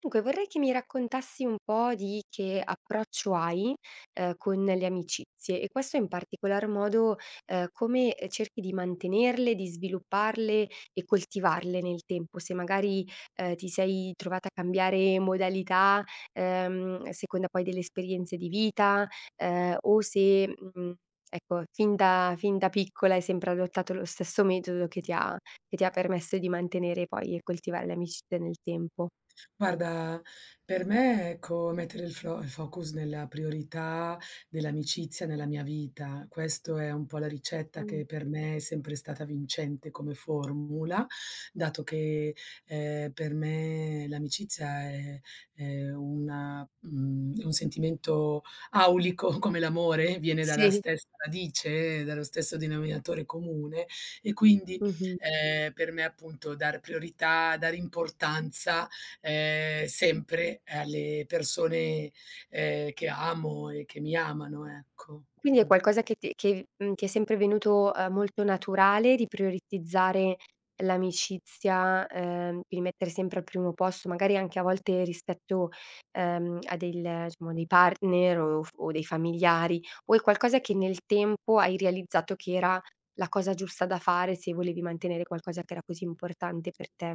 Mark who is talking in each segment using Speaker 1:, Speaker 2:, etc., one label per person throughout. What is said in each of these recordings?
Speaker 1: Dunque vorrei che mi raccontassi un po' di che approccio hai, con le amicizie e questo in particolar modo, come, cerchi di mantenerle, di svilupparle e coltivarle nel tempo. Se magari, ti sei trovata a cambiare modalità, a seconda poi delle esperienze di vita, o se, ecco, fin da piccola hai sempre adottato lo stesso metodo che ti ha permesso di mantenere poi e coltivare le amicizie nel tempo.
Speaker 2: Guarda, per me, ecco, mettere il focus nella priorità dell'amicizia nella mia vita. Questo è un po' la ricetta che per me è sempre stata vincente come formula, dato che, per me l'amicizia è è un sentimento aulico come l'amore, viene dalla
Speaker 1: Sì,
Speaker 2: stessa radice, dallo stesso denominatore comune. E quindi,
Speaker 1: mh-mh.
Speaker 2: per me appunto dar priorità, dare importanza sempre alle persone, che amo e che mi amano, ecco.
Speaker 1: Quindi
Speaker 2: Mh.
Speaker 1: è qualcosa che ti è sempre venuto, molto naturale di prioritizzare l'amicizia, di mettere sempre al primo posto, magari anche a volte rispetto, a del diciamo dei partner o dei familiari, o è qualcosa che nel tempo hai realizzato che era la cosa giusta da fare se volevi mantenere qualcosa che era così importante per te?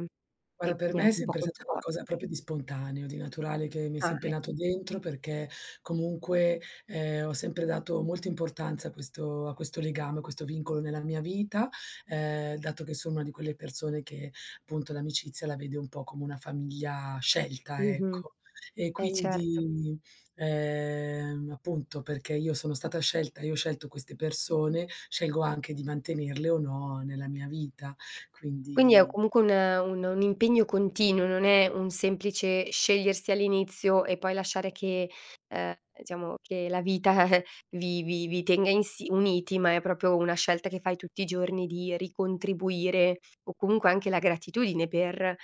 Speaker 1: E
Speaker 2: Guarda, per
Speaker 1: quindi
Speaker 2: me è
Speaker 1: anche un po'
Speaker 2: sempre stato
Speaker 1: controllo.
Speaker 2: qualcosa proprio di spontaneo, di naturale, che mi è
Speaker 1: Ah,
Speaker 2: sempre nato
Speaker 1: ecco.
Speaker 2: dentro perché comunque, ho sempre dato molta importanza a questo legame, a questo vincolo nella mia vita, dato che sono una di quelle persone che appunto l'amicizia la vede un po' come una famiglia scelta,
Speaker 1: Mh-mh.
Speaker 2: ecco. E
Speaker 1: Certo.
Speaker 2: quindi, appunto perché io sono stata scelta, io ho scelto queste persone, scelgo anche di mantenerle o no nella mia vita.
Speaker 1: Quindi è
Speaker 2: Quindi.
Speaker 1: comunque un impegno continuo, non è un semplice scegliersi all'inizio e poi lasciare che diciamo che la vita vi tenga insi uniti, ma è proprio una scelta che fai tutti i giorni di ricontribuire o comunque anche la gratitudine per ehm,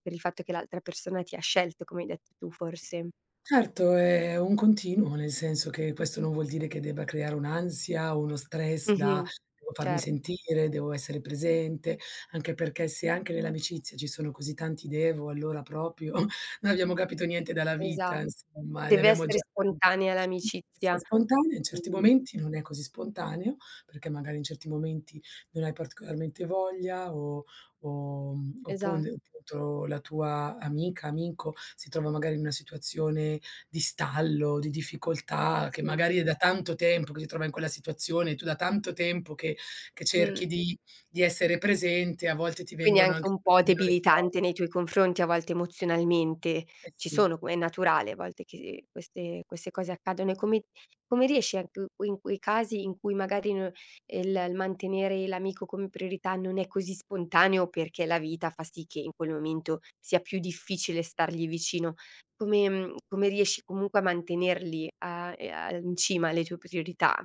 Speaker 1: per il fatto che l'altra persona ti ha scelto, come hai detto tu forse.
Speaker 2: Certo, è un continuo, nel senso che questo non vuol dire che debba creare un'ansia o uno stress da:
Speaker 1: Mh-mh.
Speaker 2: "Devo farmi
Speaker 1: Cer
Speaker 2: sentire, devo essere presente", anche perché se anche nell'amicizia ci sono così tanti "devo", allora proprio non abbiamo capito niente dalla
Speaker 1: esa
Speaker 2: vita, insomma, e ne
Speaker 1: deve
Speaker 2: abbiamo
Speaker 1: essere
Speaker 2: già tanto.
Speaker 1: spontanea l'amicizia.
Speaker 2: Essere spontanea, in certi
Speaker 1: Mh,
Speaker 2: momenti non è così spontaneo, perché magari in certi momenti non hai particolarmente voglia o
Speaker 1: esatto,
Speaker 2: oppure appunto la tua amica, amico si trova magari in una situazione di stallo, di difficoltà, che
Speaker 1: sì.
Speaker 2: magari è da tanto tempo che si trova in quella situazione, tu da tanto tempo che
Speaker 1: Mh.
Speaker 2: cerchi di essere presente, a volte ti
Speaker 1: Quindi è
Speaker 2: vengono
Speaker 1: anche
Speaker 2: anche
Speaker 1: un
Speaker 2: un po'
Speaker 1: po'
Speaker 2: meno le
Speaker 1: debilitante
Speaker 2: forze.
Speaker 1: nei tuoi confronti a volte emozionalmente.
Speaker 2: Eh
Speaker 1: Ci
Speaker 2: sì.
Speaker 1: sono, come è naturale a volte che queste cose accadono. E come riesci anche in quei casi in cui magari n il mantenere l'amico come priorità non è così spontaneo, perché la vita fa sì che in quel momento sia più difficile stargli vicino, come riesci comunque a mantenerli a in cima alle tue priorità?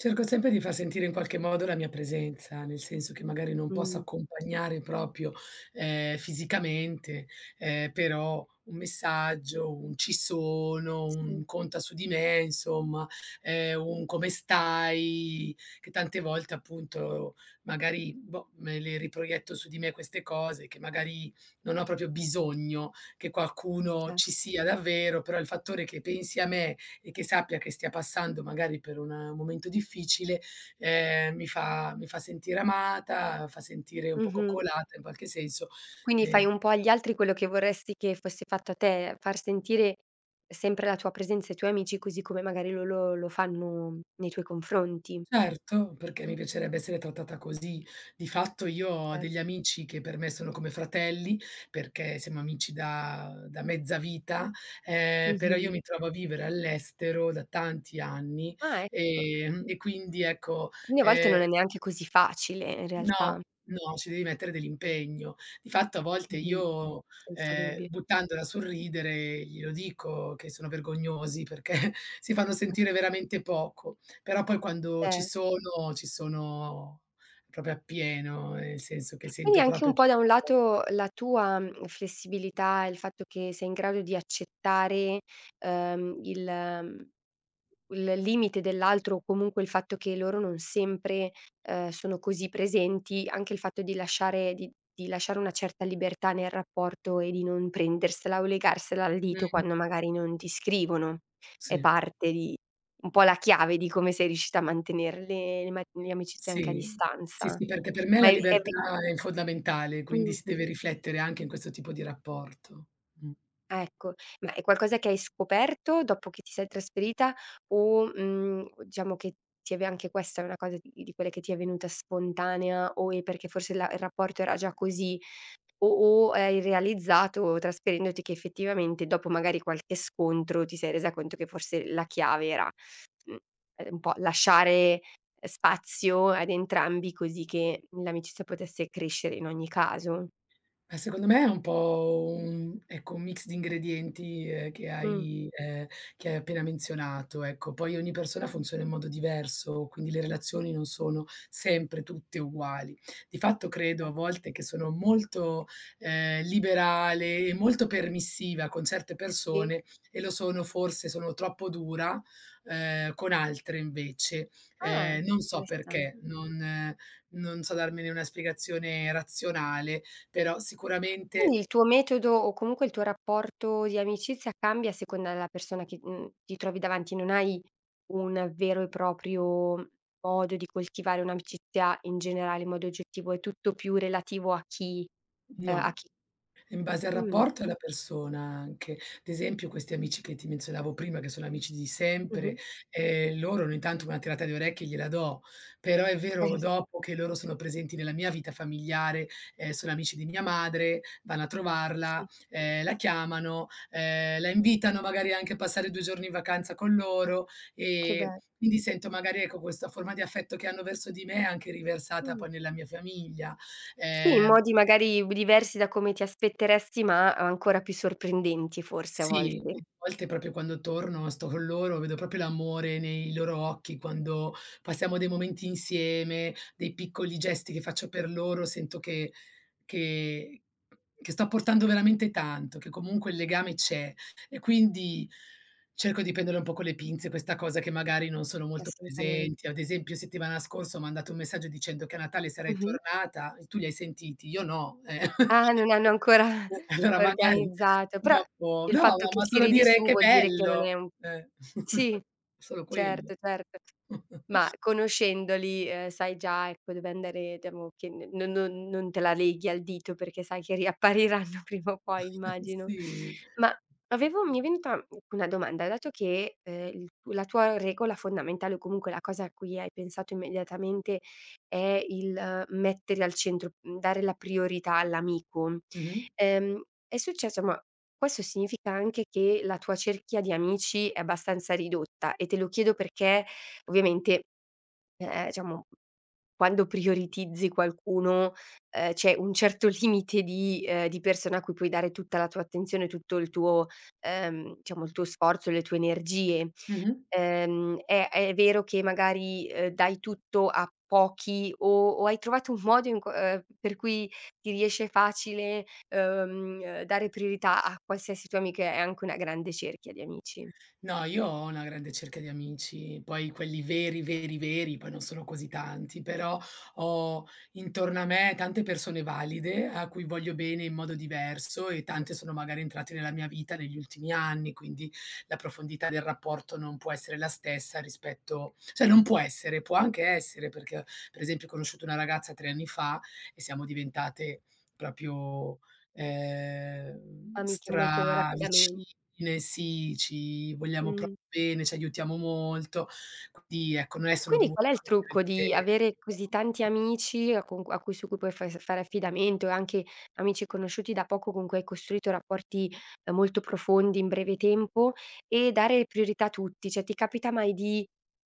Speaker 2: Cerco sempre di far sentire in qualche modo la mia presenza, nel senso che magari non posso
Speaker 1: Mh,
Speaker 2: accompagnare proprio, fisicamente, però un messaggio, un "ci sono",
Speaker 1: sì,
Speaker 2: un "conta su di me", insomma, un "come stai", che tante volte appunto magari, boh, me le riproietto su di me queste cose, che magari non ho proprio bisogno che qualcuno
Speaker 1: cer
Speaker 2: ci sia davvero, però il fattore che pensi a me e che sappia che stia passando magari per un momento difficile, mi fa sentire amata, fa sentire un po'
Speaker 1: mh-mh.
Speaker 2: coccolata in qualche senso.
Speaker 1: Quindi fai
Speaker 2: Ehm
Speaker 1: un po' agli altri quello che vorresti che fosse fatto a te, far sentire sempre la tua presenza ai tuoi amici, così come magari loro lo fanno nei tuoi confronti.
Speaker 2: certo, perché mi piacerebbe essere trattata così. Di fatto io ho
Speaker 1: Cer
Speaker 2: degli amici che per me sono come fratelli, perché siamo amici da mezza vita, però io
Speaker 1: Mh-mh.
Speaker 2: mi trovo a vivere all'estero da tanti anni,
Speaker 1: Ah, ecco.
Speaker 2: e quindi ecco.
Speaker 1: Quindi a volte
Speaker 2: ehm
Speaker 1: non è neanche così facile in realtà.
Speaker 2: No, no, ci devi mettere dell'impegno. Di fatto a volte
Speaker 1: Mh-mh.
Speaker 2: io,
Speaker 1: Senza dubbio.
Speaker 2: buttandola sul ridere, glielo dico che sono vergognosi perché si fanno sentire veramente poco, però poi quando
Speaker 1: Cer
Speaker 2: ci sono proprio appieno, nel senso che
Speaker 1: Quindi
Speaker 2: sento
Speaker 1: anche un
Speaker 2: proprio
Speaker 1: po' da un
Speaker 2: tutta fo
Speaker 1: lato la tua, flessibilità, il fatto che sei in grado di accettare, ehm, il mhmm, il limite dell'altro o comunque il fatto che loro non sempre, sono così presenti, anche il fatto di lasciare una certa libertà nel rapporto e di non prendersela o legarsela al dito
Speaker 2: mh,
Speaker 1: quando magari non ti scrivono, è
Speaker 2: sì,
Speaker 1: parte di un po' la chiave di come sei riuscita a mantenere le amicizie anche a
Speaker 2: sì. Sì,
Speaker 1: distanza.
Speaker 2: sì, perché per me la
Speaker 1: Ma è vi
Speaker 2: libertà è fondamentale, quindi
Speaker 1: mh.
Speaker 2: si deve riflettere anche in questo tipo di rapporto. Mh.
Speaker 1: Ah, ecco. Ma è qualcosa che hai scoperto dopo che ti sei trasferita o, diciamo che ti è ve anche questa è una cosa di quelle che ti è venuta spontanea o è perché forse la il rapporto era già così o o hai realizzato trasferendoti che effettivamente dopo magari qualche scontro ti sei resa conto che forse la chiave era, mhmm, un po' lasciare spazio ad entrambi così che l'amicizia potesse crescere in ogni caso?
Speaker 2: Ma secondo me è un po' un ecco, un mix di ingredienti, che
Speaker 1: Mh.
Speaker 2: hai ehm, che hai appena menzionato, ecco. Poi ogni persona funziona in modo diverso, quindi le relazioni non sono sempre tutte uguali. Di fatto credo a volte che sono molto, liberale e molto permissiva con certe
Speaker 1: Sì.
Speaker 2: persone, e lo sono forse sono troppo dura, con altre invece.
Speaker 1: Ah,
Speaker 2: Non so
Speaker 1: interessan
Speaker 2: perché, non so darmene una spiegazione razionale, però sicuramente
Speaker 1: Quindi il tuo metodo o comunque il tuo rapporto di amicizia cambia a seconda della persona che, ti trovi davanti, non hai un vero e proprio modo di coltivare un'amicizia in generale, in modo oggettivo, è tutto più relativo a chi ehm, a
Speaker 2: no.
Speaker 1: chi
Speaker 2: In base al
Speaker 1: mh,
Speaker 2: rapporto e alla persona anche. Ad esempio questi amici che ti menzionavo prima, che sono amici di
Speaker 1: mh-mh,
Speaker 2: sempre, loro ogni tanto una tirata di orecchie gliela do, però è vero
Speaker 1: certo,
Speaker 2: dopo che loro sono presenti nella mia vita familiare, sono amici di mia madre, vanno a trovarla,
Speaker 1: sì,
Speaker 2: la chiamano, la invitano magari anche a passare 2 giorni in vacanza con loro,
Speaker 1: che be
Speaker 2: ehm, quindi sento magari, ecco, questa forma di affetto che hanno verso di me anche riversata
Speaker 1: mh.
Speaker 2: poi nella mia famiglia.
Speaker 1: Sì, in
Speaker 2: Ehm
Speaker 1: modi magari diversi da come ti aspetteresti, ma ancora più sorprendenti forse a
Speaker 2: Sì,
Speaker 1: volte.
Speaker 2: a volte proprio quando torno sto con loro, vedo proprio l'amore nei loro occhi, quando passiamo dei momenti insieme, dei piccoli gesti che faccio per loro, sento che che sto apportando veramente tanto, che comunque il legame c'è. E quindi cerco di prendere un po' con le pinze questa cosa che magari non sono molto
Speaker 1: Assolutamen
Speaker 2: presenti. Ad esempio settimana scorsa ho mandato un messaggio dicendo che a Natale sarei
Speaker 1: mh-mh.
Speaker 2: tornata, tu li hai sentiti, io no, eh.
Speaker 1: Ah, non hanno ancora
Speaker 2: Allora magari.
Speaker 1: organizzato, però
Speaker 2: Dopo
Speaker 1: il
Speaker 2: no, ma
Speaker 1: fatto che
Speaker 2: ma
Speaker 1: ci
Speaker 2: solo
Speaker 1: ridi
Speaker 2: dire:
Speaker 1: su
Speaker 2: "Che
Speaker 1: vuol dire che non
Speaker 2: bello!"
Speaker 1: è un
Speaker 2: Eh,
Speaker 1: sì,
Speaker 2: solo quello.
Speaker 1: certo, certo. Ma conoscendoli, sai già, ecco, dove andare diciamo che n non non non te la leghi al dito perché sai che riappariranno prima o poi, immagino.
Speaker 2: Sì.
Speaker 1: Ma avevo mi è venuta una domanda, dato che, il tu la tua regola fondamentale o comunque la cosa a cui hai pensato immediatamente è il mettere al centro, dare la priorità all'amico.
Speaker 2: Mh-mh,
Speaker 1: Ehm, è successo ma questo significa anche che la tua cerchia di amici è abbastanza ridotta e te lo chiedo perché ovviamente diciamo, quando prioritizzi qualcuno, c'è un certo limite di persone a cui puoi dare tutta la tua attenzione, tutto il tuo sforzo, le tue energie.
Speaker 2: mh-mh.
Speaker 1: È vero che magari, dai tutto a pochi o hai trovato un modo in co per cui ti riesce facile, dare priorità a qualsiasi tua amica e anche una grande cerchia di amici?
Speaker 2: No, io ho una grande cerchia di amici, poi quelli veri, veri, veri, poi non sono così tanti, però ho intorno a me tante persone valide a cui voglio bene in modo diverso, e tante sono magari entrate nella mia vita negli ultimi anni, quindi la profondità del rapporto non può essere la stessa rispetto, cioè non può essere, può anche essere, perché per esempio ho conosciuto una ragazza 3 anni fa e siamo diventate proprio
Speaker 1: Amiche molto rapidamente.
Speaker 2: stravicine, sì, ci vogliamo
Speaker 1: Mh.
Speaker 2: proprio bene, ci aiutiamo molto. Quindi ecco, non è
Speaker 1: E
Speaker 2: solo
Speaker 1: quindi
Speaker 2: dovuto
Speaker 1: qual
Speaker 2: a
Speaker 1: è
Speaker 2: una
Speaker 1: il
Speaker 2: questione
Speaker 1: trucco
Speaker 2: di
Speaker 1: di avere così
Speaker 2: tempo.
Speaker 1: tanti amici a cui su cui puoi fai s fare affidamento e anche amici conosciuti da poco con cui hai costruito rapporti, molto profondi in breve tempo e dare priorità a tutti? Cioè, ti capita mai di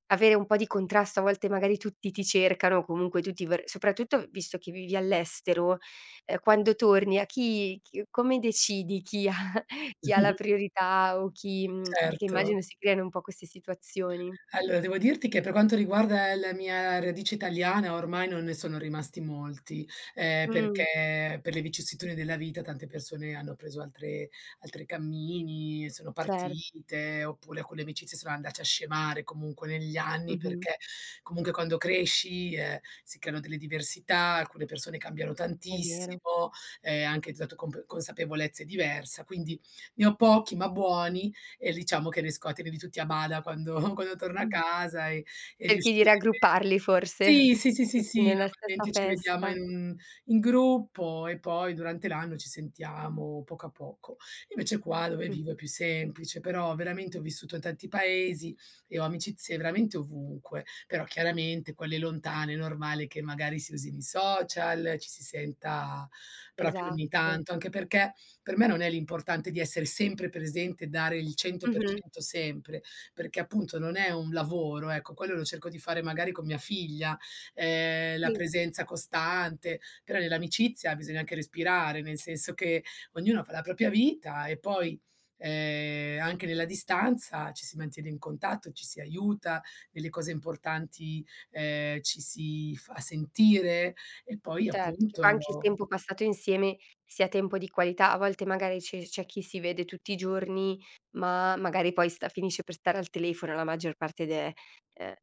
Speaker 1: avere un po' di contrasto? A volte magari tutti ti cercano o comunque tutti vor soprattutto visto che vivi all'estero, quando torni a chi chi come decidi chi ha chi ha la priorità perché
Speaker 2: Certo.
Speaker 1: immagino si creano un po' queste situazioni.
Speaker 2: Allora, devo dirti che per quanto riguarda la mia radice italiana, ormai non ne sono rimasti molti,
Speaker 1: Mh,
Speaker 2: perché per le vicissitudini della vita tante persone hanno preso altre altri cammini, sono
Speaker 1: cer
Speaker 2: partite, oppure alcune amicizie sono andate a scemare comunque negli anni,
Speaker 1: Mh-mh,
Speaker 2: perché comunque quando cresci, si creano delle diversità, alcune persone cambiano
Speaker 1: è vero.
Speaker 2: tantissimo, anche dato comp consapevolezze diversa, quindi ne ho pochi ma buoni e diciamo che ne scote di tutti a bada quando quando torna a
Speaker 1: Mh.
Speaker 2: casa e
Speaker 1: Cerchi di
Speaker 2: riuscire
Speaker 1: raggrupparli forse,
Speaker 2: sì, sì, sì, sì,
Speaker 1: tutti
Speaker 2: sì,
Speaker 1: nella stessa
Speaker 2: normalmente ci vediamo
Speaker 1: festa.
Speaker 2: in gruppo e poi durante l'anno ci sentiamo poco a poco. Invece qua dove vivo è
Speaker 1: Mh-mh.
Speaker 2: più semplice, però veramente ho vissuto in tanti paesi e ho amicizie veramente ovunque, però chiaramente quelle lontane è normale che magari si usino i social, ci si senta proprio ogni
Speaker 1: Esatto.
Speaker 2: tanto, anche perché per me non è l'importante di essere sempre presente e dare il
Speaker 1: Mh-mh.
Speaker 2: 100% sempre, perché appunto non è un lavoro, ecco, quello lo cerco di fare magari con mia figlia, la
Speaker 1: Sì.
Speaker 2: presenza costante, però nell'amicizia bisogna anche respirare, nel senso che ognuno fa la propria vita e poi, anche nella distanza ci si mantiene in contatto, ci si aiuta, nelle cose importanti, ci si fa sentire e poi
Speaker 1: Certo, che poi
Speaker 2: appunto
Speaker 1: anche il tempo passato insieme sia tempo di qualità. A volte magari c'è chi si vede tutti i giorni, ma magari poi sta finisce per stare al telefono la maggior parte de ehm,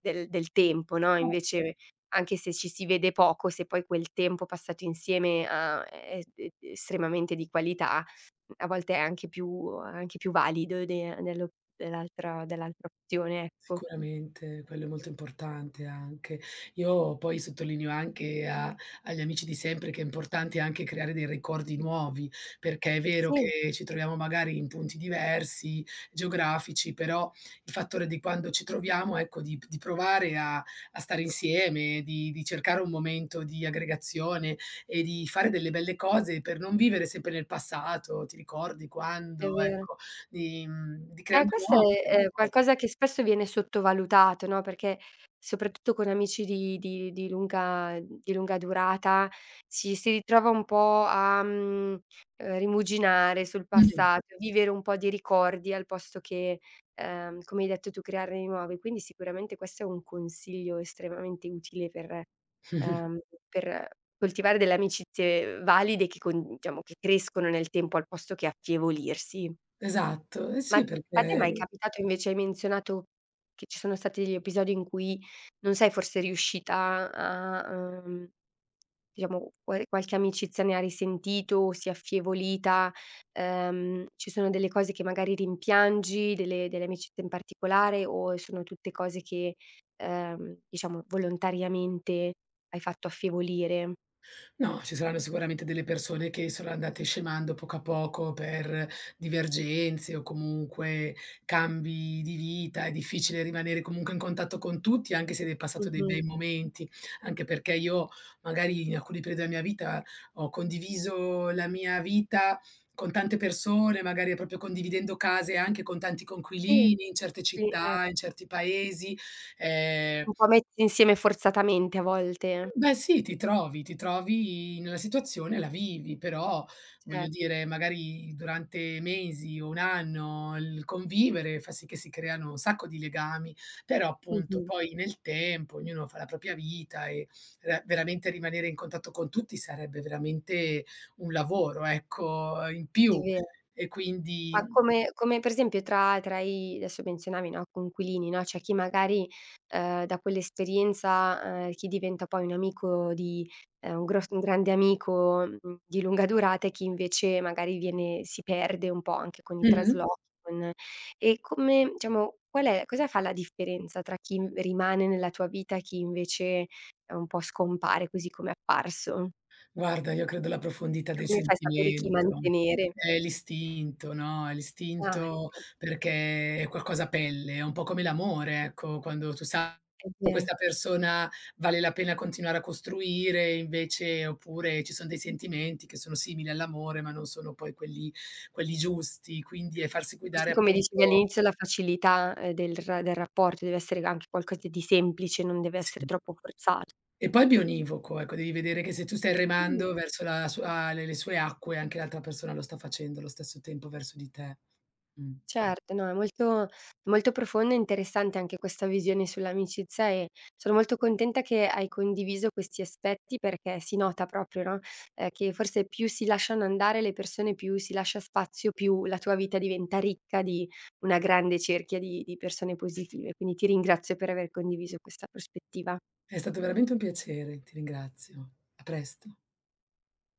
Speaker 1: del del tempo, no,
Speaker 2: certo.
Speaker 1: invece anche se ci si vede poco, se poi quel tempo passato insieme a è estremamente di qualità, a volte è anche più valido de dello dell'altra dell'altra opzione, ecco.
Speaker 2: Sicuramente, quello è molto importante anche. Io poi sottolineo anche a agli amici di sempre che è importante anche creare dei ricordi nuovi, perché è vero
Speaker 1: Sì,
Speaker 2: che ci troviamo magari in punti diversi, geografici, però il fattore di quando ci troviamo, ecco, di provare a stare insieme, di cercare un momento di aggregazione e di fare delle belle cose per non vivere sempre nel passato, ti ricordi
Speaker 1: è
Speaker 2: quando,
Speaker 1: vero.
Speaker 2: ecco, di crearne
Speaker 1: Questo
Speaker 2: nuovi
Speaker 1: è,
Speaker 2: ricordi.
Speaker 1: ehm, qualcosa che spesso viene sottovalutato, no, perché soprattutto con amici di lunga durata ci si ritrova un po' a, rimuginare sul
Speaker 2: Mh.
Speaker 1: passato, vivere un po' di ricordi al posto che, come hai detto tu, crearne di nuovi. Quindi sicuramente questo è un consiglio estremamente utile ehm, per coltivare delle amicizie valide che con diciamo, che crescono nel tempo al posto che affievolirsi.
Speaker 2: Esatto, eh
Speaker 1: Ma
Speaker 2: sì,
Speaker 1: a te è
Speaker 2: perché
Speaker 1: mai è capitato invece hai menzionato che ci sono stati degli episodi in cui non sei forse riuscita a, diciamo qualche amicizia ne ha risentito o si è affievolita, ci sono delle cose che magari rimpiangi, delle amicizie in particolare o sono tutte cose che, diciamo volontariamente hai fatto affievolire?
Speaker 2: no, ci saranno sicuramente delle persone che sono andate scemando poco a poco per divergenze o comunque cambi di vita, è difficile rimanere comunque in contatto con tutti anche se hai passato dei bei
Speaker 1: Mh-mh.
Speaker 2: momenti, anche perché io magari in alcuni periodi della mia vita ho condiviso la mia vita con tante persone, magari proprio condividendo case anche con tanti
Speaker 1: Sì,
Speaker 2: coinquilini in certe
Speaker 1: sì,
Speaker 2: città, in
Speaker 1: ecco.
Speaker 2: certi paesi. ehm
Speaker 1: Un po' metti insieme forzatamente a volte.
Speaker 2: Beh sì, ti trovi nella situazione, la vivi, però voglio
Speaker 1: Cer
Speaker 2: dire, magari durante mesi o un anno il convivere fa sì che si creano un sacco di legami, però appunto
Speaker 1: mh-mh.
Speaker 2: poi nel tempo ognuno fa la propria vita e ra veramente rimanere in contatto con tutti sarebbe veramente un lavoro, ecco, in
Speaker 1: È
Speaker 2: più.
Speaker 1: vero.
Speaker 2: E
Speaker 1: Ma
Speaker 2: quindi.
Speaker 1: come per esempio tra i adesso menzionavi, no, coinquilini, no, c'è chi magari, da quell'esperienza, chi diventa poi un amico di un grande amico, di lunga durata e chi invece magari viene si perde un po' anche con i
Speaker 2: Mh-mh.
Speaker 1: traslochi, con e come diciamo, qual è cosa fa la differenza tra chi m rimane nella tua vita e chi invece, un po' scompare così come è apparso?
Speaker 2: Guarda, io credo la profondità
Speaker 1: Cioè
Speaker 2: del
Speaker 1: come fai a sapere chi
Speaker 2: sentimento,
Speaker 1: mantenere?
Speaker 2: è l'istinto, no, è
Speaker 1: Ah,
Speaker 2: l'istinto,
Speaker 1: ecco,
Speaker 2: perché è qualcosa a pelle, è un po' come l'amore, ecco, quando tu sai
Speaker 1: è
Speaker 2: con
Speaker 1: vero.
Speaker 2: questa persona vale la pena continuare a costruire, invece oppure ci son dei sentimenti che sono simili all'amore, ma non sono poi quelli giusti, quindi è farsi guidare
Speaker 1: Così come dicevi
Speaker 2: appunto,
Speaker 1: all'inizio, la facilità, del rapporto deve essere anche qualcosa di semplice, non deve essere
Speaker 2: sì.
Speaker 1: troppo forzato.
Speaker 2: E poi è bionivoco, ecco, devi vedere che se tu stai
Speaker 1: Mh,
Speaker 2: remando verso la sua le sue acque, anche l'altra persona lo sta facendo allo stesso tempo verso di te. Mh.
Speaker 1: certo, no, è molto molto profonda e interessante anche questa visione sull'amicizia e sono molto contenta che hai condiviso questi aspetti perché si nota proprio, no, che forse più si lasciano andare le persone, più si lascia spazio, più la tua vita diventa ricca di una grande cerchia di persone positive. Quindi ti ringrazio per aver condiviso questa prospettiva.
Speaker 2: È stato veramente un piacere, ti ringrazio. A presto.